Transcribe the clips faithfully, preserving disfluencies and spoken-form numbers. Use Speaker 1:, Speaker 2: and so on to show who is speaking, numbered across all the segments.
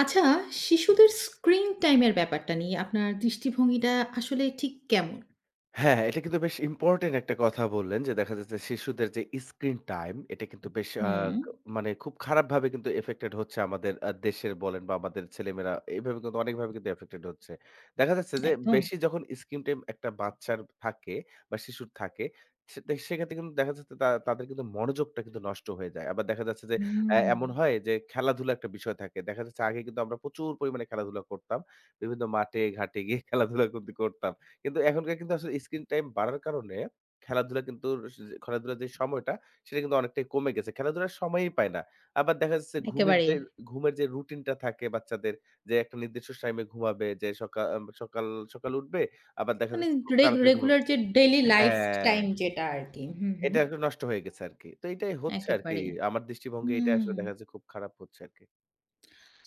Speaker 1: আচ্ছা, শিশুদের স্ক্রিন টাইমের ব্যাপারটা নিয়ে আপনার দৃষ্টিভঙ্গিটা আসলে ঠিক কেমন?
Speaker 2: হ্যাঁ, এটা কিন্তু বেশ ইম্পোর্টেন্ট একটা কথা বললেন যে দেখা যাচ্ছে শিশুদের যে স্ক্রিন টাইম এটা কিন্তু বেশ আ
Speaker 1: হুম,
Speaker 2: ক মানে খুব খারাপভাবে কিন্তু এফেক্টেড হচ্ছে আমাদের আ দেশের বলেন বা আমাদের ছেলেমেয়েরা এভাবে কিন্তু অনেকভাবে কিন্তু এফেক্টেড হচ্ছে। দেখা যাচ্ছে যে
Speaker 1: একদম।
Speaker 2: বেশি যখন স্ক্রিন টাইম একটা বাচ্চার থাকে বা শিশুর থাকে সে তে- সেক্ষেত্রে কিন্তু দেখা যাচ্ছে তা তাদের কিন্তু মনোযোগটা কিন্তু নষ্ট হয়ে যায়। আবার দেখা যাচ্ছে যে এ
Speaker 1: হুম,
Speaker 2: এমন হয় যে খেলাধুলা একটা বিষয় থাকে। দেখা যাচ্ছে আগে কিন্তু আমরা প্রচুর পরিমাণে খেলাধুলা করতাম। বিভিন্ন মাঠে ঘাটে গিয়ে খেলাধুলা কিন্তু করতাম। কিন্তু এখনকার কিন্তু আসলে স্ক্রিন টাইম বাড়ার কারণে খেলাধুলা কিন্তু স যে খেলাধুলার যে সময়টা সেটা কিন্তু অনেকটাই কমে গেছে। খেলাধুলার সময়ই পায় না। আবার দেখা যাচ্ছে ঘুমের
Speaker 1: একেবারেই।
Speaker 2: যে ঘুমের যে রুটিনটা থাকে বাচ্চাদের যে একটা নির্দিষ্ট টাইমে ঘুমাবে যে সকা আম সকাল, সকাল উঠবে আবার দেখা
Speaker 1: মানে
Speaker 2: যাচ্ছে খুব
Speaker 1: রেগ
Speaker 2: তাড়াতাড়ি ঘুমাবে।
Speaker 1: রেগুলার যে ডেইলি লাইফ
Speaker 2: হ্যাঁ,
Speaker 1: টাইম যেটা আরকি। হুম, হুম।
Speaker 2: এটা একটু নষ্ট হয়ে গেছে আরকি। তো এটাই হচ্ছে আরকি।
Speaker 1: একেবারেই।
Speaker 2: আমার দৃষ্টিভঙ্গি এটা
Speaker 1: হুম।
Speaker 2: আসলে দেখা যাচ্ছে খুব খারাপ হচ্ছে আরকি।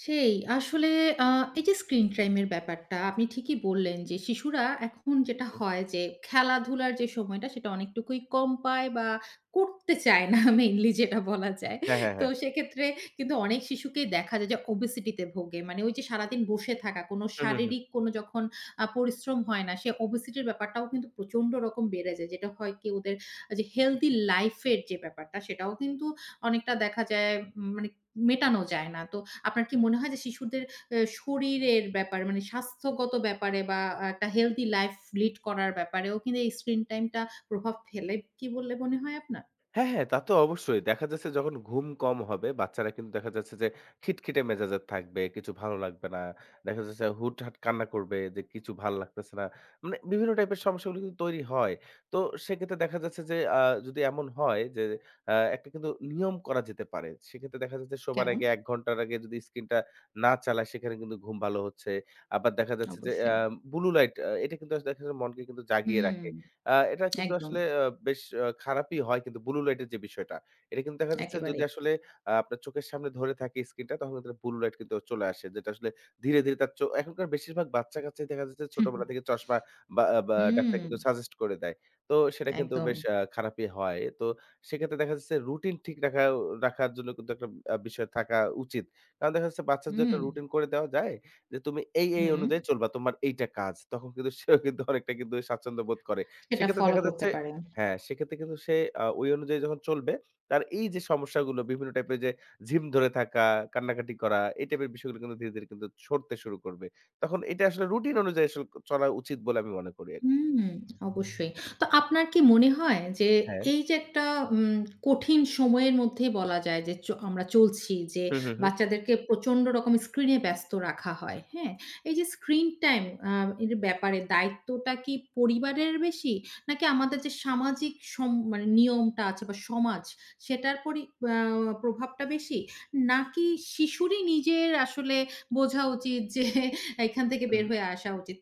Speaker 1: সেই আসলে আ এই যে স্ক্রিন টাইম এর ব্যাপারটা আপনি ঠিকই বললেন যে শিশুরা এখন
Speaker 2: হু,
Speaker 1: যেটা
Speaker 2: হু।
Speaker 1: হয় যে খেলাধুলার যে সময়টা সেটা অনেকটুকুই কম পায় বা করতে চায় না মেইনলি যেটা বলা যায়।
Speaker 2: হ্যাঁ, হ্যাঁ,
Speaker 1: তো
Speaker 2: হ্যাঁ।
Speaker 1: সেক্ষেত্রে কিন্তু অনেক শিশুকেই দেখা যায় যে ওবেসিটি তে ভোগে। মানে ওই যে সারাদিন বসে থাকা কোনো
Speaker 2: হু, হু, হু।
Speaker 1: শারীরিক কোনো যখন আ পরিশ্রম হয় না সে ওবেসিটির ব্যাপারটাও কিন্তু প্রচন্ড রকম বেড়ে যায়। যেটা হয় কি ওদের যে হেলথি লাইফ এর যে ব্যাপারটা সেটাও কিন্তু অনেকটা দেখা যায় উম মানে মেটানো যায় না। তো আপনার কি মনে হয় যে শিশুদের অ্যা শরীরের ব্যাপারে মানে স্বাস্থ্যগত ব্যাপারে বা একটা হেলথি লাইফ লিড করার ব্যাপারেও কিন্তু এই স্ক্রিন টাইমটা প্রভাব ফেলে কি বললে মনে হয় আপনার?
Speaker 2: হ্যাঁ, হ্যাঁ, তা তো অবশ্যই। দেখা যাচ্ছে যখন ঘুম কম হবে, বাচ্চারা কিন্তু দেখা যাচ্ছে যে খিটখিটে মেজাজের থাকবে, কিছু ভালো লাগবে না। দেখা যাচ্ছে হুটহাট কান্না করবে যে কিছু ভাল লাগতেছে না। মানে বিভিন্ন টাইপের সমস্যাগুলো কিন্তু তৈরি হয়। তো সেক্ষেত্রে দেখা যাচ্ছে যে আ যদি এমন হয় যে আ একটা কিন্তু নিয়ম করা যেতে পারে। সেক্ষেত্রে দেখা যাচ্ছে শোবার
Speaker 1: কেমন?
Speaker 2: আগে এক ঘন্টার আগে যদি স্ক্রিনটা না চালায় সেখানে কিন্তু ঘুম ভালো হচ্ছে। আবার দেখা যাচ্ছে যে আ
Speaker 1: অবশ্যই।
Speaker 2: ব্লু লাইট আ এটা কিন্তু আসলে দেখা যায় মনকে কিন্তু জাগিয়ে
Speaker 1: হুম,
Speaker 2: রাখে। আ এটা কিন্তু
Speaker 1: একদম।
Speaker 2: আসলে আ বেশ আ খারাপই হয় কিন্তু ব্লু লাইটের যে বিষয়টা, এটা কিন্তু দেখা যাচ্ছে যদি
Speaker 1: একেবারেই।
Speaker 2: আসলে আ আপনার চোখের সামনে ধরে থাকে স্ক্রিনটা তখন কিন্তু ব্লু লাইট কিন্তু চলে আসে। যেটা আসলে ধীরে, ধীরে তার চো এখনকার বেশিরভাগ বাচ্চা-কাচ্চাই দেখা যাচ্ছে
Speaker 1: হুম,
Speaker 2: ছোটবেলা থেকে চশমা বা বা
Speaker 1: হুম,
Speaker 2: ডাক্তার কিন্তু সাজেস্ট করে দেয়। তো সেটা কিন্তু
Speaker 1: একদম।
Speaker 2: বেশ আ খারাপই হয়। তো সেক্ষেত্রে দেখা যাচ্ছে রুটিন ঠিক রাখা রাখার জন্য কিন্তু একটা আ বিষয় থাকা উচিত। কারণ দেখা যাচ্ছে বাচ্চার যদি একটা
Speaker 1: হুম,
Speaker 2: রুটিন করে দেওয়া যায় যে, "তুমি এই, এই
Speaker 1: হুম।
Speaker 2: অনুযায়ী চলবা। তোমার এইটা কাজ।" তখন কিন্তু সেও কিন্তু অনেকটা কিন্তু স্বাচ্ছন্দ্য বোধ করে।
Speaker 1: সেটা
Speaker 2: সেক্ষেত্রে
Speaker 1: ফলো
Speaker 2: দেখা
Speaker 1: করতে
Speaker 2: যাচ্ছে
Speaker 1: পারে।
Speaker 2: হ্যাঁ, সেক্ষেত্রে কিন্তু সে আ ওই অনুযায়ী যখন চলবে, তার এই যে সমস্যাগুলো বিভিন্ন টাইপের যে ঝিম ধরে থাকা, কান্নাকাটি করা, এই টাইপের বিষয়গুলো কিন্তু ধীরে, ধীরে কিন্তু সরতে শুরু করবে। তখন এটা আসলে রুটিন অনুযায়ী আসলে চলা উচিত বলে আমি মনে করি আরকি।
Speaker 1: হুম, অবশ্যই। তো আপনার কি মনে হয় যে
Speaker 2: হ্যাঁ।
Speaker 1: এই যে একটা উম কঠিন সময়ের মধ্যেই বলা যায় যে চ আমরা চলছি যে
Speaker 2: হুম, হুম, হুম,
Speaker 1: বাচ্চাদেরকে প্রচন্ড রকম স্ক্রিনে ব্যস্ত রাখা হয়, হ্যাঁ? এই যে স্ক্রিন টাইম আ এর ব্যাপারে দায়িত্বটা কি পরিবারের বেশি? নাকি আমাদের যে সামাজিক সম মানে নিয়মটা আছে বা সমাজ সেটার পরি আ প্রভাবটা বেশি? নাকি শিশুরই নিজের আসলে বোঝা উচিত যে এখান থেকে
Speaker 2: হুম।
Speaker 1: বের হয়ে আসা উচিত?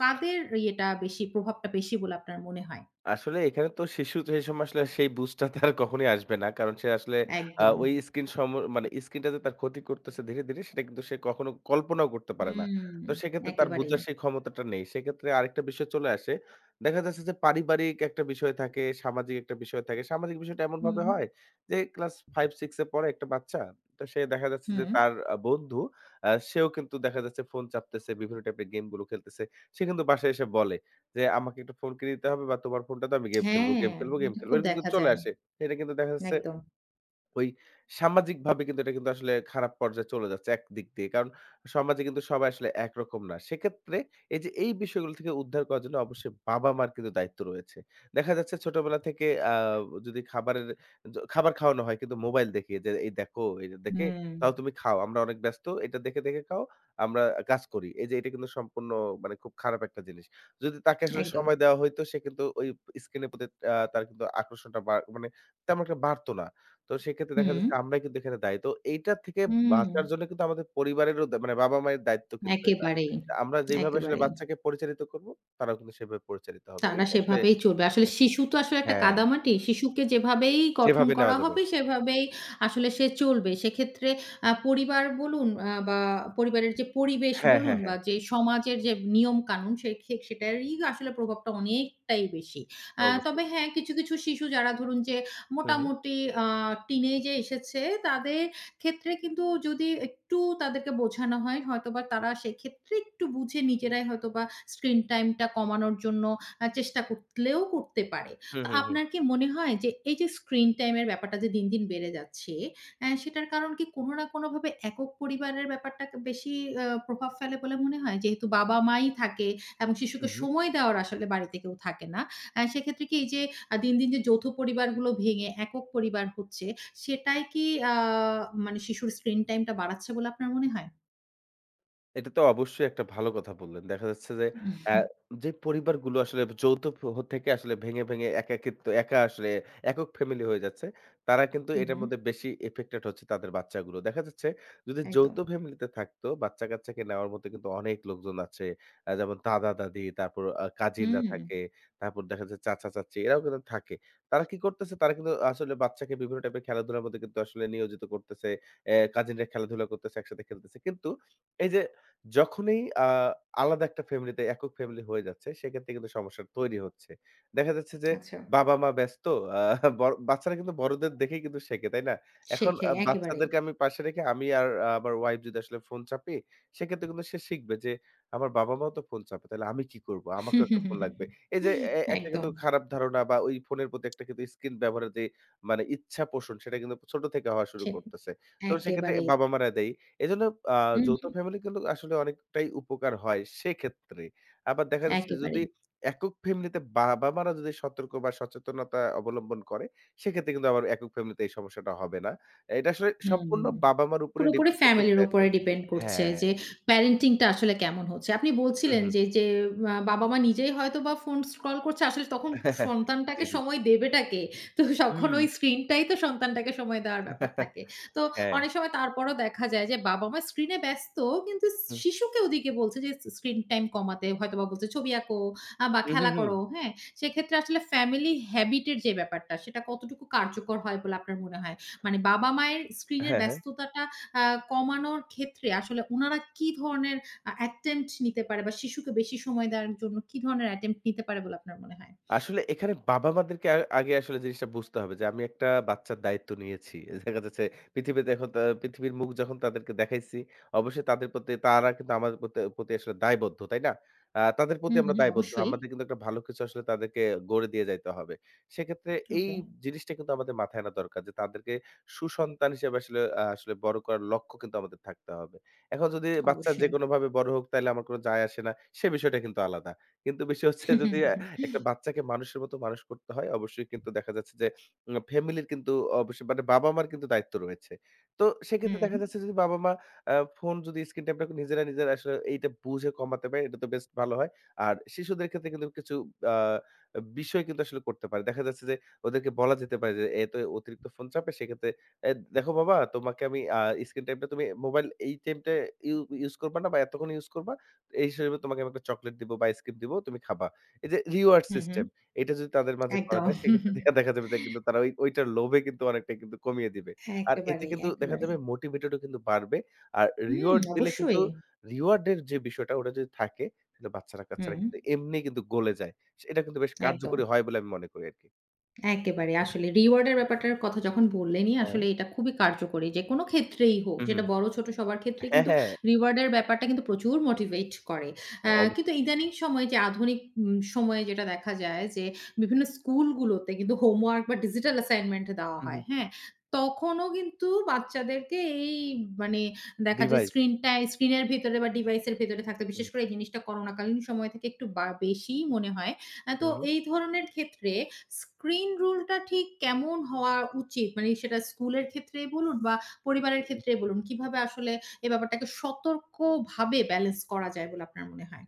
Speaker 1: কাদের ইয়েটা বেশি প্রভাবটা বেশি বলে আপনার মনে হয়?
Speaker 2: আসলে এখানে তো শিশু সেই সময় আসলে সেই বুঝটা তার কখনোই আসবে না। কারণ সে আসলে আ
Speaker 1: একদম।
Speaker 2: ওই স্ক্রিন সম মানে স্ক্রিনটা যে তার ক্ষতি করতেছে ধীরে, ধীরে সেটা কিন্তু সে কখনো কল্পনাও করতে পারে না।
Speaker 1: হুম,
Speaker 2: তো সেক্ষেত্রে তার
Speaker 1: একেবারেই।
Speaker 2: বুঝার সেই ক্ষমতাটা নেই। সেক্ষেত্রে আরেকটা বিষয় চলে আসে। দেখা যাচ্ছে যে পারিবারিক একটা বিষয় থাকে, সামাজিক একটা বিষয় থাকে। সামাজিক বিষয়টা
Speaker 1: হুম,
Speaker 2: এমনভাবে হয় যে ক্লাস পাঁচ ছয় এ পড়ে একটা বাচ্চা। তো সে দেখা যাচ্ছে যে
Speaker 1: হুম।
Speaker 2: তার আ বন্ধু আ সেও কিন্তু দেখা যাচ্ছে ফোন চাপতেছে, বিভিন্ন টাইপের গেমগুলো খেলতেছে। সে কিন্তু বাসায় এসে বলে। যে আমাকে একটা ফোন কিনে দিতে হবে বা তোমার ফোনটাতে আমি গেম খেলব,
Speaker 1: হ্যাঁ,
Speaker 2: গেম খেলব, গেম
Speaker 1: এটা
Speaker 2: খেলব।
Speaker 1: খুব
Speaker 2: এরকম
Speaker 1: দেখা
Speaker 2: কিন্তু চলে
Speaker 1: যায়।
Speaker 2: আসে। এটা কিন্তু দেখা যাচ্ছে
Speaker 1: একদম।
Speaker 2: ওই সামাজিকভাবে কিন্তু এটা কিন্তু আসলে খারাপ পর্যায়ে চলে যাচ্ছে একদিক দিয়ে। কারণ সমাজে কিন্তু সবাই আসলে একরকম না। সেক্ষেত্রে এই যে এই বিষয়গুলো থেকে উদ্ধার করার জন্য অবশ্যই বাবা-মার কিন্তু দায়িত্ব রয়েছে। দেখা যাচ্ছে ছোটবেলা থেকে আ যদি খাবারের য খাবার খাওয়ানো হয় কিন্তু মোবাইল দেখিয়ে যে, "এই দেখো, এটা দেখে
Speaker 1: হুম,
Speaker 2: তাও তুমি খাও। আমরা অনেক ব্যস্ত। এটা দেখে, দেখে খাও। আমরা কাজ করি।" এই যে এটা কিন্তু সম্পূর্ণ মানে খুব খারাপ একটা জিনিস। যদি তাকে আসলে
Speaker 1: একদম।
Speaker 2: সময় দেওয়া হইতো সে কিন্তু ওই স্ক্রিনের প্রতি আ তার কিন্তু আকর্ষণটা বা মানে তেমন একটা বাড়তো না। তো সেক্ষেত্রে দেখা
Speaker 1: হুম,
Speaker 2: যাচ্ছে আমরাই কিন্তু এখানে দায়ী। তো এইটা থেকে
Speaker 1: হুম।
Speaker 2: বাঁচার জন্য কিন্তু আমাদের পরিবারেরও দা মানে বাবা-মায়ের দায়িত্ব কিন্তু এটা।
Speaker 1: একেবারেই,
Speaker 2: তা আমরা যেভাবে আসলে
Speaker 1: একেবারেই।
Speaker 2: বাচ্চাকে পরিচালিত করব, তারাও কিন্তু সেভাবে পরিচালিত হবে।
Speaker 1: তারা
Speaker 2: এইটা আসলে
Speaker 1: সেভাবেই চলবে। আসলে শিশু তো আসলে একটা
Speaker 2: হ্যাঁ,
Speaker 1: কাদামাটি। শিশুকে যেভাবেই গঠন
Speaker 2: যেভাবে
Speaker 1: করা
Speaker 2: নেওয়া যাবে।
Speaker 1: হবে সেভাবেই আসলে সে চলবে। সেক্ষেত্রে আ পরিবার বলুন আ বা পরিবারের যে পরিবেশ
Speaker 2: হ্যাঁ,
Speaker 1: বলুন
Speaker 2: হ্যাঁ,
Speaker 1: বা
Speaker 2: হ্যাঁ।
Speaker 1: যে সমাজের যে নিয়মকানুন সে খে সেটারই আসলে প্রভাবটা অনেকটাই বেশি। আ তবে
Speaker 2: অবশ্যই।
Speaker 1: হ্যাঁ, কিছু, কিছু শিশু যারা ধরুন যে
Speaker 2: হু, হু।
Speaker 1: মোটামুটি আ টিনেজে এসেছে তাদের ক্ষেত্রে কিন্তু যদি একটু তাদেরকে বোঝানো হয় হয়তোবা তারা সেক্ষেত্রে একটু বুঝে নিজেরাই হয়তোবা স্ক্রিন টাইমটা কমানোর জন্য আ চেষ্টা করলেও করতে পারে।
Speaker 2: হু,
Speaker 1: তো
Speaker 2: হু, হু।
Speaker 1: আপনার কি মনে হয় যে এই যে স্ক্রিন টাইম এর ব্যাপারটা যে দিন, দিন বেড়ে যাচ্ছে, অ্যা সেটার কারণ কি কোনো না কোনোভাবে একক পরিবারের ব্যাপারটাকে বেশি আ প্রভাব ফেলে বলে মনে হয়? যেহেতু বাবা-মাই থাকে এবং
Speaker 2: হু,
Speaker 1: শিশুকে
Speaker 2: হু।
Speaker 1: সময় দেওয়ার আসলে বাড়িতে কেউ থাকে না। অ্যা সেক্ষেত্রে কি এই যে আ দিন, দিন যে যৌথ পরিবারগুলো ভেঙে একক পরিবার হচ্ছে, সেটাই কি আ মানে শিশুর স্ক্রিন টাইমটা বাড়াচ্ছে বলে আপনার মনে হয়?
Speaker 2: এটা তো অবশ্যই একটা ভালো কথা বললেন। দেখা যাচ্ছে যে অ্যা
Speaker 1: উহু,
Speaker 2: যে পরিবারগুলো আসলে যৌথ প থেকে আসলে ভেঙে, ভেঙে একাকিত্ব একা আসলে একক ফ্যামিলি হয়ে যাচ্ছে, তারা কিন্তু
Speaker 1: উহু,
Speaker 2: এটার মধ্যে বেশি এফেক্টেড হচ্ছে তাদের বাচ্চাগুলো। দেখা যাচ্ছে যদি
Speaker 1: একদম।
Speaker 2: যৌথ ফ্যামিলিতে থাকতো বাচ্চা-কাচ্চাকে নেওয়ার মতো কিন্তু অনেক লোকজন আছে। আ যেমন দাদা-দাদি, তারপর আ কাজিনরা
Speaker 1: হুম,
Speaker 2: থাকে, তারপর দেখা যাচ্ছে চাচা-চাচী এরাও কিন্তু থাকে। তারা কি করতেছে? তারা কিন্তু আসলে বাচ্চাকে বিভিন্ন টাইপের খেলাধুলার মধ্যে কিন্তু আসলে নিয়োজিত করতেছে। অ্যা কাজিনরা খেলাধুলা করতেছে, একসাথে খেলতেছে। কিন্তু এই যে যখনই আ আলাদা একটা ফ্যামিলিতে একক ফ্যামিলি হয়ে যাচ্ছে, সেক্ষেত্রে কিন্তু সমস্যা তৈরি হচ্ছে। দেখা যাচ্ছে যে
Speaker 1: আচ্ছা।
Speaker 2: বাবা-মা ব্যস্ত, আ বড় বাচ্চারা কিন্তু বড়দের দেখেই কিন্তু শেখে, তাই না? এখন
Speaker 1: শেখে
Speaker 2: আ
Speaker 1: একেবারেই।
Speaker 2: বাচ্চাদেরকে আমি পাশে রেখে আমি আর আহ, আমার ওয়াইফ যদি আসলে ফোন চাপি, সেক্ষেত্রে কিন্তু সে শিখবে যে আমার বাবা-মাও তো ফোন চাপে, তাহলে আমি কি করব?
Speaker 1: হুম,
Speaker 2: আমাকেও
Speaker 1: হুম,
Speaker 2: একটা
Speaker 1: হুম,
Speaker 2: ফোন
Speaker 1: হুম,
Speaker 2: লাগবে। এই যে এ
Speaker 1: হুম।
Speaker 2: একটা
Speaker 1: একদম।
Speaker 2: কিন্তু খারাপ ধারণা বা ওই ফোনের প্রতি একটা কিন্তু স্ক্রিন ব্যবহারের যে মানে ইচ্ছা পোষণ, সেটা কিন্তু ছোট থেকে হওয়া শুরু
Speaker 1: সে
Speaker 2: করতেছে। তো সেক্ষেত্রে
Speaker 1: একেবারেই।
Speaker 2: বাবা-মারা দেয় এজন্য আ
Speaker 1: হুম,
Speaker 2: যৌথ
Speaker 1: হুম।
Speaker 2: ফ্যামিলি কিন্তু আসলে অনেকটাই উপকার হয় সেক্ষেত্রে। আবার দেখা যাচ্ছে যদি
Speaker 1: একেবারেই।
Speaker 2: একক ফ্যামিলিতে বাবা-মারা যদি সতর্ক বা সচেতনতা অবলম্বন করে, সেক্ষেত্রে কিন্তু আবার একক ফ্যামিলিতে এই সমস্যাটা হবে না। এটা আসলে
Speaker 1: হুম।
Speaker 2: সম্পূর্ণ বাবা-মার উপরে
Speaker 1: পুরোপুরি
Speaker 2: ডিপেন্ড করতেছে
Speaker 1: ফ্যামিলির
Speaker 2: আরকি।
Speaker 1: উপরে ডিপেন্ড করছে
Speaker 2: হ্যাঁ।
Speaker 1: যে প্যারেন্টিং টা আসলে কেমন হচ্ছে। আপনি
Speaker 2: হুম,
Speaker 1: বলছিলেন
Speaker 2: হুম।
Speaker 1: যে, যে আ বাবা-মা নিজেই হয়তোবা ফোন স্ক্রল করছে আসলে তখন
Speaker 2: জি,
Speaker 1: সন্তানটাকে
Speaker 2: জি।
Speaker 1: সময় দেবেটা কে? তো তখন
Speaker 2: হুম।
Speaker 1: ওই স্ক্রিনটাই তো সন্তানটাকে সময় দেওয়ার ব্যাপার থাকে। তো
Speaker 2: হ্যাঁ।
Speaker 1: অনেক সময় তারপরও দেখা যায় যে বাবা-মা স্ক্রিনে ব্যস্ত কিন্তু শিশুকে ওদিকে বলছে যে স্ক্রিন টাইম কমাতে হয়তোবা বলছে ছবি আঁকো আ বা
Speaker 2: হুম,
Speaker 1: খেলা
Speaker 2: হুম, হুম।
Speaker 1: করো, হ্যাঁ? সেক্ষেত্রে আসলে ফ্যামিলি হ্যাবিট এর যে ব্যাপারটা সেটা কতটুকু কার্যকর হয় বলে আপনার মনে হয়? মানে বাবা-মায়ের স্ক্রিনের
Speaker 2: হ্যাঁ, হ্যাঁ।
Speaker 1: ব্যস্ততাটা আ কমানোর ক্ষেত্রে আসলে উনারা কি ধরনের আ attempt নিতে পারে বা শিশুকে বেশি সময় দেওয়ার জন্য কি ধরনের attempt নিতে পারে বলে আপনার মনে হয়?
Speaker 2: আসলে এখানে বাবা-মাদেরকে আ আগে আসলে জিনিসটা বুঝতে হবে যে, আমি একটা বাচ্চার দায়িত্ব নিয়েছি। দেখা যাচ্ছে পৃথিবীতে এখন তা পৃথিবীর মুখ যখন তাদেরকে দেখাইছি, অবশ্যই তাদের প্রতি তারা কিন্তু আমাদের প্রতি প্রতি আসলে দায়বদ্ধ, তাই না? আ তাদের প্রতি
Speaker 1: হুম,
Speaker 2: আমরা
Speaker 1: হুম,
Speaker 2: দায়বদ্ধ।
Speaker 1: অবশ্যই।
Speaker 2: আমাদের কিন্তু একটা ভালো কিছু আসলে তাদেরকে গড়ে দিয়ে যাইতে হবে। সেক্ষেত্রে এই
Speaker 1: ওকে,
Speaker 2: জিনিসটা কিন্তু আমাদের মাথায় আনা দরকার যে, তাদেরকে সুসন্তান হিসেবে আসলে আ আসলে বড় করার লক্ষ্য কিন্তু আমাদের থাকতে হবে। এখন যদি বাচ্চা
Speaker 1: অবশ্যই।
Speaker 2: যেকোনোভাবে বড় হোক, তাইলে আমার কোনো যায় আসে না। সে বিষয়টা কিন্তু আলাদা। কিন্তু বিষয় হচ্ছে যদি অ্যা একটা বাচ্চাকে মানুষের মতো মানুষ করতে হয়, অবশ্যই কিন্তু দেখা যাচ্ছে যে উম ফ্যামিলির কিন্তু অবশ্যই মানে বাবা-মার কিন্তু দায়িত্ব রয়েছে। তো
Speaker 1: হুম,
Speaker 2: সেক্ষেত্রে
Speaker 1: হুম,
Speaker 2: দেখা যাচ্ছে যদি বাবা-মা আ ফোন যদি স্ক্রিন টাইমটা নিজেরা, নিজেরা আসলে এইটা বুঝে কমাতে পারে, এটা তো বেশ ভালো হয়। আর শিশুদের ক্ষেত্রে কিন্তু কিছু আ বিষয় কিন্তু আসলে করতে পারে। দেখা যাচ্ছে যে ওদেরকে বলা যেতে পারে যে, "এ তো অতিরিক্ত ফোন চাপে সেক্ষেত্রে এ দেখো বাবা তোমাকে আমি আ স্ক্রিন টাইমটা তুমি মোবাইল এই টাইমটা ইউ ইউজ করবা না বা এতক্ষণ ইউজ করবা" এই হিসেবে তোমাকে আমি একটা চকোলেট দিব বা আইসক্রিম দিব, তুমি খাবা। এই যে রিওয়ার্ড
Speaker 1: হুম, হুম,
Speaker 2: সিস্টেম এটা যদি তাদের মাঝে করা
Speaker 1: একদম।
Speaker 2: যায় সেক্ষেত্রে দেখা দেখা যাবে যে কিন্তু তারা ওই ওইটার লোভে কিন্তু অনেকটাই কিন্তু কমিয়ে দিবে। আর এতে
Speaker 1: একেবারেই,
Speaker 2: কিন্তু দেখা
Speaker 1: একেবারেই।
Speaker 2: যাবে মোটিভেটেড ও কিন্তু বাড়বে। আর
Speaker 1: হুম,
Speaker 2: রিওয়ার্ড দিলে কিন্তু
Speaker 1: অবশ্যই।
Speaker 2: রিওয়ার্ড এর যে বিষয়টা ওটা যদি থাকে তাহলে বাচ্চারা-কাচ্চারা
Speaker 1: হুম,
Speaker 2: কিন্তু এমনি কিন্তু গলে যায়। সে- এটা কিন্তু বেশ
Speaker 1: একদম।
Speaker 2: কার্যকরী হয় বলে আমি মনে করি আরকি।
Speaker 1: একেবারে আসলে reward এর ব্যাপারটার কথা যখন বললেনই,
Speaker 2: হ্যাঁ।
Speaker 1: আসলে এটা খুবই কার্যকরী। যেকোনো ক্ষেত্রেই হোক,
Speaker 2: হু, হু।
Speaker 1: সেটা বড় ছোট সবার ক্ষেত্রে
Speaker 2: হ্যাঁ,
Speaker 1: কিন্তু
Speaker 2: হ্যাঁ।
Speaker 1: reward এর ব্যাপারটা কিন্তু প্রচুর মোটিভেট করে। অ্যা কিন্তু
Speaker 2: অবশ্যই।
Speaker 1: ইদানিং সময়ে যে আধুনিক উম সময়ে যেটা দেখা যায় যে বিভিন্ন স্কুলগুলোতে কিন্তু হোমওয়ার্ক বা ডিজিটাল অ্যাসাইনমেন্ট দেওয়া
Speaker 2: হু, হু।
Speaker 1: হয়, হ্যাঁ? তখনও কিন্তু বাচ্চাদেরকে এই মানে দেখা যায়
Speaker 2: ডিভাইস।
Speaker 1: স্ক্রিন টাই স্ক্রিনের ভেতরে বা ডিভাইসের ভেতরে থাকতে বিশেষ
Speaker 2: হুম।
Speaker 1: করে এই জিনিসটা করোনাকালীন সময় থেকে একটু বা বেশিই মনে হয়। অ্যা
Speaker 2: হু,
Speaker 1: তো
Speaker 2: হু।
Speaker 1: এই ধরনের ক্ষেত্রে স্ক্রিন রুলটা ঠিক কেমন হওয়া উচিত? মানে সেটা স্কুলের ক্ষেত্রেই বলুন বা পরিবারের ক্ষেত্রেই বলুন, কিভাবে আসলে এই ব্যাপারটাকে সতর্কভাবে ব্যালেন্স করা যায় বলে আপনার মনে হয়?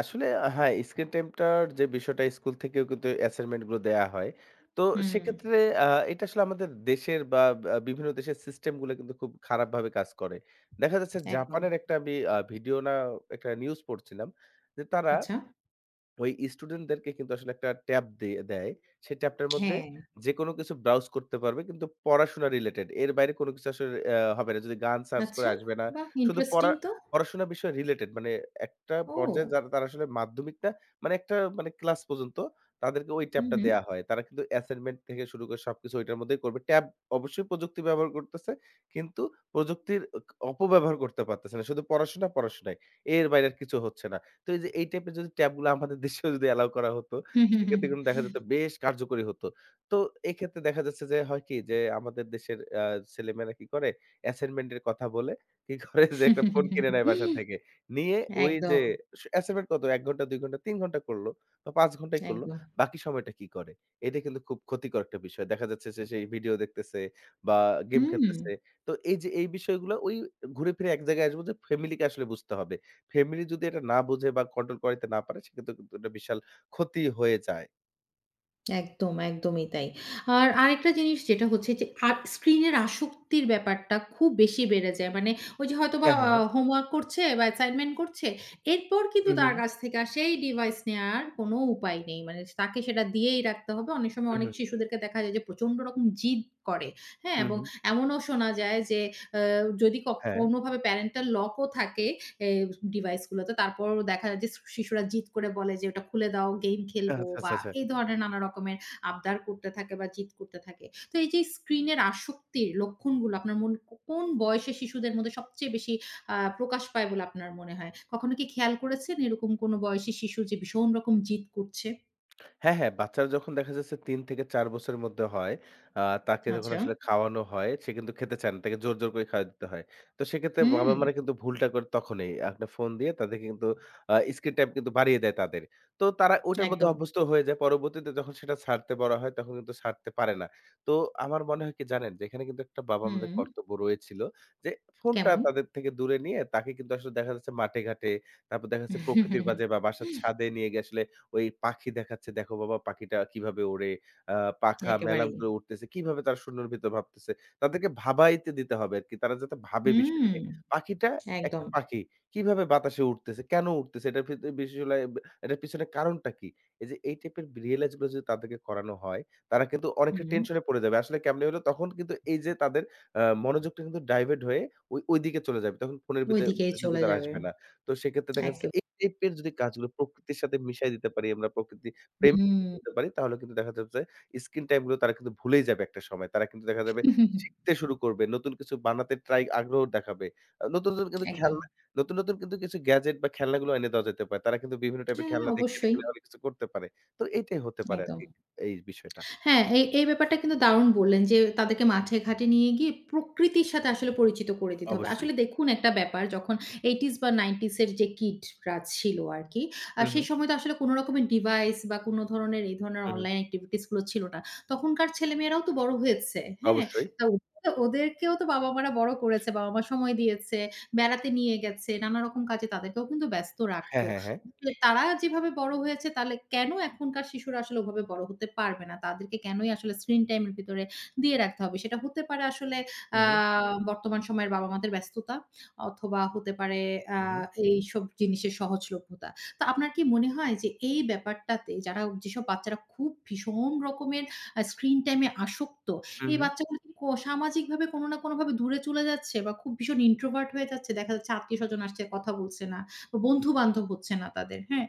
Speaker 2: আসলে হ্যাঁ, স্ক্রিন টাইমটার যে বিষয়টা স্কুল থেকেও কিন্তু অ্যাসাইনমেন্ট গুলো দেয়া হয়। তো
Speaker 1: হুম,
Speaker 2: সেক্ষেত্রে আ এটা আসলে আমাদের দেশের বা আ বিভিন্ন দেশের সিস্টেম গুলো কিন্তু খুব খারাপভাবে কাজ করে। দেখা যাচ্ছে
Speaker 1: একদম।
Speaker 2: জাপানের একটা আমি আ ভিডিও না একটা নিউজ পড়ছিলাম যে তারা
Speaker 1: আচ্ছা।
Speaker 2: ওই স্টুডেন্টদেরকে কিন্তু আসলে একটা ট্যাব দিয়ে দেয়। সেই ট্যাবটার মধ্যে
Speaker 1: হ্যাঁ।
Speaker 2: যেকোনো কিছু ব্রাউজ করতে পারবে কিন্তু পড়াশোনা রিলেটেড। এর বাইরে কোনো কিছু আসলে অ্যা হবে না। যদি গান সার্চ করে
Speaker 1: আচ্ছা,
Speaker 2: আসবে না।
Speaker 1: বাহ!
Speaker 2: শুধু
Speaker 1: ইন্টারেস্টিং
Speaker 2: পড়া
Speaker 1: তো।
Speaker 2: পড়াশোনা বিষয় রিলেটেড মানে একটা পর্যায়ে
Speaker 1: ও!
Speaker 2: যারা তারা আসলে মাধ্যমিক না মানে একটা মানে ক্লাস পর্যন্ত তাদেরকে ওই
Speaker 1: হুম,
Speaker 2: ট্যাবটা
Speaker 1: হুম।
Speaker 2: দেয়া হয়। তারা কিন্তু অ্যাসাইনমেন্ট থেকে শুরু করে সবকিছু ওইটার মধ্যেই করবে। ট্যাব অবশ্যই প্রযুক্তি ব্যবহার করতেছে কিন্তু প্রযুক্তির অ অপব্যবহার করতে পারতেছে না। শুধু পড়াশোনা, পড়াশোনাই। এর বাইরে আর কিছু হচ্ছে না। তো এই যে এই টাইপের যদি ট্যাব গুলো আমাদের দেশেও যদি এলাও করা হতো,
Speaker 1: হুম, হুম, হুম,
Speaker 2: সেক্ষেত্রে
Speaker 1: হুম।
Speaker 2: কিন্তু দেখা যেত বেশ কার্যকরী হতো। তো এক্ষেত্রে দেখা যাচ্ছে যে হয় কি যে আমাদের দেশের আ ছেলেমেয়েরা কি করে অ্যাসাইনমেন্ট এর কথা বলে কি করে যে
Speaker 1: হুম
Speaker 2: একটা
Speaker 1: হুম
Speaker 2: ফোন কিনে
Speaker 1: হুম
Speaker 2: নেয়
Speaker 1: হুম
Speaker 2: বাসা
Speaker 1: হুম।
Speaker 2: থেকে। নিয়ে ওই যে
Speaker 1: একদম,
Speaker 2: অ্যাসাইনমেন্ট কত এক ঘন্টা, দুই ঘন্টা, তিন ঘন্টা করল বা পাঁচ ঘন্টাই করলো।
Speaker 1: একদম।
Speaker 2: বাকি সময়টা কি করে? এটা কিন্তু খুব ক্ষতিকর একটা বিষয়। দেখা যাচ্ছে সে সেই ভিডিও দেখতেছে বা গেম
Speaker 1: হুম।
Speaker 2: খেলতেছে। তো এই যে এই বিষয়গুলো ওই ঘুরে ফিরে এক জায়গায় আসবো যে ফ্যামিলি কে আসলে বুঝতে হবে। ফ্যামিলি যদি এটা না বুঝে বা কন্ট্রোল করাইতে না পারে সেক্ষেত্রে কিন্তু একটা বিশাল ক্ষতি হয়ে যায়।
Speaker 1: একদম, একদমই তাই। আর আরেকটা জিনিস যেটা হচ্ছে যে আ স্ক্রিনের আসক্তির ব্যাপারটা খুব বেশি বেড়ে যায়। মানে ওই যে হয়তোবা
Speaker 2: হ্যাঁ,
Speaker 1: আ
Speaker 2: হ্যাঁ।
Speaker 1: হোমওয়ার্ক করছে বা অ্যাসাইনমেন্ট করছে, এরপর কিন্তু
Speaker 2: হু, হু,
Speaker 1: তার কাছ থেকে আর সেই ডিভাইস নেয়ার কোনো উপায় নেই। মানে তাকে সেটা দিয়েই রাখতে হবে। অনেক সময়
Speaker 2: হু, হু,
Speaker 1: অনেক শিশুদেরকে দেখা যায় যে প্রচন্ড রকম জিদ করে, হ্যাঁ?
Speaker 2: হু,
Speaker 1: এবং
Speaker 2: হু।
Speaker 1: এমনও শোনা যায় যে যদি ক
Speaker 2: হ্যাঁ।
Speaker 1: কোনোভাবে প্যারেন্টাল লক ও থাকে এ ডিভাইসগুলোতে তারপরও দেখা যায় যে শ শিশুরা জিদ করে বলে যে, "ওটা খুলে দাও, গেম খেলবো"
Speaker 2: আচ্ছা, আচ্ছা,
Speaker 1: বা
Speaker 2: আচ্ছা।
Speaker 1: এই ধরনের নানা রকমের আবদার করতে থাকে বা জিদ করতে থাকে। তো এই যে স্ক্রিনের আসক্তির লক্ষণগুলো আপনার মন কো কোন বয়সে শিশুদের মধ্যে সবচেয়ে বেশি আ প্রকাশ পায় বলে আপনার মনে হয়? কখনো কি খেয়াল করেছেন এরকম কোনো বয়সী শিশু যে ভীষণ রকম জিদ করছে?
Speaker 2: হ্যাঁ, হ্যাঁ, বাচ্চারা যখন দেখা যাচ্ছে তিন থেকে চার বছরের মধ্যে হয়, আ তাকে যখন
Speaker 1: আচ্ছা।
Speaker 2: আসলে খাওয়ানো হয়, সে কিন্তু খেতে চায় না। তাকে জোর, জোর করে খাইয়ে দিতে হয়। তো সেক্ষেত্রে
Speaker 1: হুম,
Speaker 2: বাবা-মারা কিন্তু ভুলটা করে তখনই। একটা ফোন দিয়ে তাদেরকে কিন্তু আ স্ক্রিন টাইম কিন্তু বাড়িয়ে দেয় তাদের। তো তারা ওটার মধ্যে
Speaker 1: একদম।
Speaker 2: অভ্যস্ত হয়ে যায়। পরবর্তীতে যখন সেটা ছাড়তে বলা হয়, তখন কিন্তু ছাড়তে পারে না। তো আমার মনে হয় কি জানেন? যে এখানে কিন্তু একটা বাবা-মাদের
Speaker 1: হুম,
Speaker 2: কর্তব্য রয়েছিল যে ফোনটা
Speaker 1: কেমন?
Speaker 2: তাদের থেকে দূরে নিয়ে তাকে কিন্তু আসলে দেখা যাচ্ছে মাঠে-ঘাটে, তারপর দেখা যাচ্ছে প্রকৃতির মাঝে বা বাসার ছাদে নিয়ে গিয়ে আসলে ওই পাখি দেখাচ্ছে, "দেখো বাবা পাখিটা কিভাবে ওড়ে, আ পাখা মেলাম
Speaker 1: একেবারেই।
Speaker 2: করে উঠতেছে। কিভাবে তারা শূন্যের ভিতর ভাবতেছে।" তাদেরকে ভাবাইতে দিতে হবে আরকি। তারা যাতে ভাবে বিষয়টা
Speaker 1: হুম।
Speaker 2: নিয়ে। পাখিটা একটা
Speaker 1: একদম।
Speaker 2: পাখি। কিভাবে বাতাসে উঠতেছে, কেন উঠতেছে? এটার ভিতরে বিশেষলাই এটার পিছনে কারণটা কি? এই যে এই টাইপের রিয়ালাইজ গুলো যদি তাদেরকে করানো হয়, তারা কিন্তু অনেকটা
Speaker 1: হুম,
Speaker 2: টেনশনে পড়ে যাবে। আসলে কেমনে হলো? তখন কিন্তু এই যে তাদের আ মনোযোগটা কিন্তু ডাইভার্ট হয়ে ওই ওইদিকে চলে যাবে। তখন ফোনের ভিতরে
Speaker 1: ওইদিকেই
Speaker 2: কিন্তু
Speaker 1: চলে
Speaker 2: তারা
Speaker 1: যাবে।
Speaker 2: আসবে না। তো সেক্ষেত্রে দেখা
Speaker 1: একে
Speaker 2: যাচ্ছে এই টাইপের যদি কাজগুলো প্রকৃতির সাথে মিশায় দিতে পারি আমরা প্রকৃতি প্রেম
Speaker 1: হুম,
Speaker 2: করতে পারি তাহলে কিন্তু দেখা যাচ্ছে স্ক্রিন টাইম গুলো তারা কিন্তু ভুলেই যাবে একটা সময়। তারা কিন্তু দেখা যাবে শিখতে শুরু করবে। নতুন কিছু বানাতে ট্রাই আগ্রহ দেখাবে। আ নতুন, নতুন কিন্তু
Speaker 1: একদম।
Speaker 2: খেলনা নতুন, নতুন কিন্তু কিছু গ্যাজেট বা খেলনাগুলো এনে দেওয়া যেতে পারে। তারা কিন্তু বিভিন্ন টাইপের
Speaker 1: হ্যাঁ,
Speaker 2: খেলনা দিয়ে খেলে,
Speaker 1: অবশ্যই।
Speaker 2: খেলে অনেক কিছু করতে পারে। তো এইটাই হতে পারে
Speaker 1: একদম।
Speaker 2: আরকি এই বিষয়টা।
Speaker 1: হ্যাঁ, এই এই ব্যাপারটা কিন্তু দারুণ বললেন যে, তাদেরকে মাঠে ঘাটে নিয়ে গিয়ে প্রকৃতির সাথে আসলে পরিচিত করে দিতে হবে।
Speaker 2: অবশ্যই।
Speaker 1: আসলে দেখুন একটা ব্যাপার যখন এইটিস বা নাইন্টিস এর যে কিডরা ছিল আরকি, আ
Speaker 2: হুম,
Speaker 1: সেই
Speaker 2: হুম,
Speaker 1: সময় তো আসলে কোন রকমের ডিভাইস বা কোন ধরনের এই ধরনের
Speaker 2: হুম, হুম।
Speaker 1: অনলাইন এক্টিভিটিস গুলো ছিল না। তখনকার ছেলেমেয়েরাও তো বড় হয়েছে, হ্যাঁ?
Speaker 2: অবশ্যই।
Speaker 1: তা ওদেরকে- ওদেরকেও তো বাবা-মারা বড় করেছে, বাবা-মা সময় দিয়েছে, বেড়াতে নিয়ে গেছে, নানা রকম কাজে তাদেরকেও কিন্তু ব্যস্ত রাখত।
Speaker 2: হ্যাঁ, হ্যাঁ, হ্যাঁ।
Speaker 1: যে তারা যেভাবে বড় হয়েছে তাহলে কেন এখনকার শিশুরা আসলে ওভাবে বড় হতে পারবে না? তাদেরকে কেনই আসলে স্ক্রিন টাইম এর ভিতরে দিয়ে রাখতে হবে? সেটা হতে পারে আসলে আ
Speaker 2: হুম, হুম,
Speaker 1: বর্তমান সময়ের বাবা-মাদের ব্যস্ততা অথবা হতে পারে আ
Speaker 2: হুম, হুম, হুম।
Speaker 1: এইসব জিনিসের সহজলভ্যতা। তো আপনার কি মনে হয় যে এই ব্যাপারটাতে যারা যেসব বাচ্চারা খুব ভীষণ রকমের আ স্ক্রিন টাইম এ আসক্ত, এই
Speaker 2: হুম।
Speaker 1: বাচ্চাগুলো কি কো সামাজিকভাবে কোনো না কোনোভাবে দূরে চলে যাচ্ছে বা খুব ভীষণ ইন্ট্রোভার্ট হয়ে যাচ্ছে? দেখা যাচ্ছে আত্মীয়স্বজন আসছে, কথা বলছে না। বন্ধু-বান্ধব হচ্ছে না তাদের, হ্যাঁ?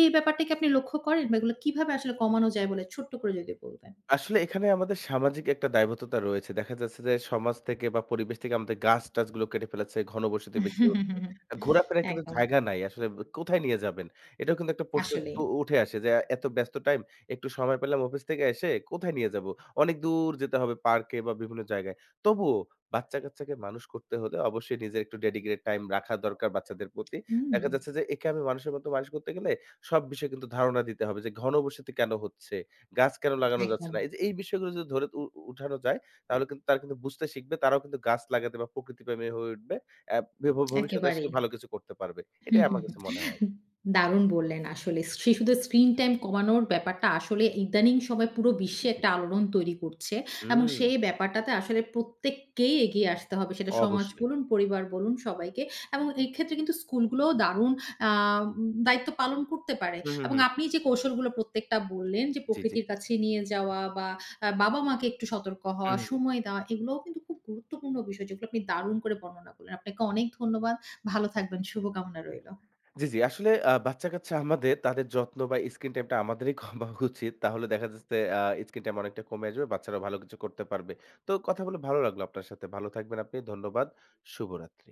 Speaker 1: এই ব্যাপারটা কি আপনি লক্ষ্য করেন বা এগুলো কিভাবে আসলে কমানো যায় বলে ছোট্ট করে যদি বলতেন?
Speaker 2: আসলে এখানে আমাদের সামাজিক একটা দায়বদ্ধতা রয়েছে। দেখা যাচ্ছে যে সমাজ থেকে বা পরিবেশ থেকে আমাদের গাছ-টাছগুলো কেটে ফেলেছে, ঘনবসতি বেশি হচ্ছে। আ ঘোরাফেরার কিন্তু
Speaker 1: একদম।
Speaker 2: জায়গা নাই। আসলে ব কোথায় নিয়ে যাবেন? এটাও কিন্তু একটা প্রশ্ন
Speaker 1: আসলেই।
Speaker 2: তো উঠে আসে যে এত ব্যস্ত টাইম একটু সময় পেলাম অফিস থেকে এসে কোথায় নিয়ে যাবো? অনেক দূর যেতে হবে পার্কে বা বিভিন্ন জায়গায়। তবুও বাচ্চা-কাচ্চাকে মানুষ করতে হলে অবশ্যই নিজের একটু ডেডিকেটেড টাইম রাখা দরকার বাচ্চাদের প্রতি।
Speaker 1: হুম,
Speaker 2: দেখা যাচ্ছে যে একে আমি মানুষের মতো মানুষ করতে গেলে সব বিষয়ে কিন্তু ধারণা দিতে হবে যে ঘনবসতি কেন হচ্ছে? গাছ কেন লাগানো যাচ্ছে
Speaker 1: একদম।
Speaker 2: না? এই যে এই বিষয়গুলো যদি ধরে উ উ- উঠানো যায় তাহলে কিন্তু তারা কিন্তু বুঝতে শিখবে। তারাও কিন্তু গাছ লাগাতে বা প্রকৃতি প্রেমী হয়ে উঠবে। অ্যা ভি ভব ভবিষ্যতে আসলে
Speaker 1: একেবারেই।
Speaker 2: ভালো কিছু করতে পারবে।
Speaker 1: হুম,
Speaker 2: এটাই
Speaker 1: হুম,
Speaker 2: আমার কাছে মনে হয়
Speaker 1: হুম।
Speaker 2: আরকি।
Speaker 1: দারুণ বললেন আসলে। সে শুধু স্ক্রিন টাইম কমানোর ব্যাপারটা আসলে ইদানিং সময় পুরো বিশ্বে
Speaker 2: জি, জি।
Speaker 1: একটা আলোড়ন তৈরি করছে এবং
Speaker 2: হুম,
Speaker 1: সেই ব্যাপারটাতে আসলে প্রত্যেককেই এগিয়ে আসতে হবে। সেটা সমাজ
Speaker 2: অবশ্যই।
Speaker 1: বলুন, পরিবার বলুন সবাইকে এবং এই ক্ষেত্রে কিন্তু স্কুলগুলোও দারুণ আ দায়িত্ব পালন করতে পারে
Speaker 2: হুম, হুম,
Speaker 1: এবং
Speaker 2: হুম।
Speaker 1: আপনি যে কৌশলগুলো প্রত্যেকটা বললেন যে
Speaker 2: জি, জি।
Speaker 1: প্রকৃতির কাছে নিয়ে যাওয়া বা আ বাবা-মাকে একটু সতর্ক হওয়া,
Speaker 2: হুম, হুম।
Speaker 1: সময় দেওয়া এগুলোও কিন্তু খুব গুরুত্বপূর্ণ বিষয় যেগুলো আপনি দারুণ করে বর্ণনা করলেন। আপনাকে অনেক ধন্যবাদ। ভালো থাকবেন শুভকামনা রইল।
Speaker 2: জি, জি। আসলে আ বাচ্চা-কাচ্চা আমাদের তাদের যত্ন বা স্ক্রিন টাইমটা আমাদেরই কমা উচিত। তাহলে দেখা যাচ্ছে আ স্ক্রিন টাইম অনেকটা কমে আসবে। বাচ্চারা ভালো কিছু করতে পারবে। তো কথা বলে ভালো লাগলো আপনার সাথে। ভালো থাকবেন আপনি। ধন্যবাদ। শুভরাত্রি।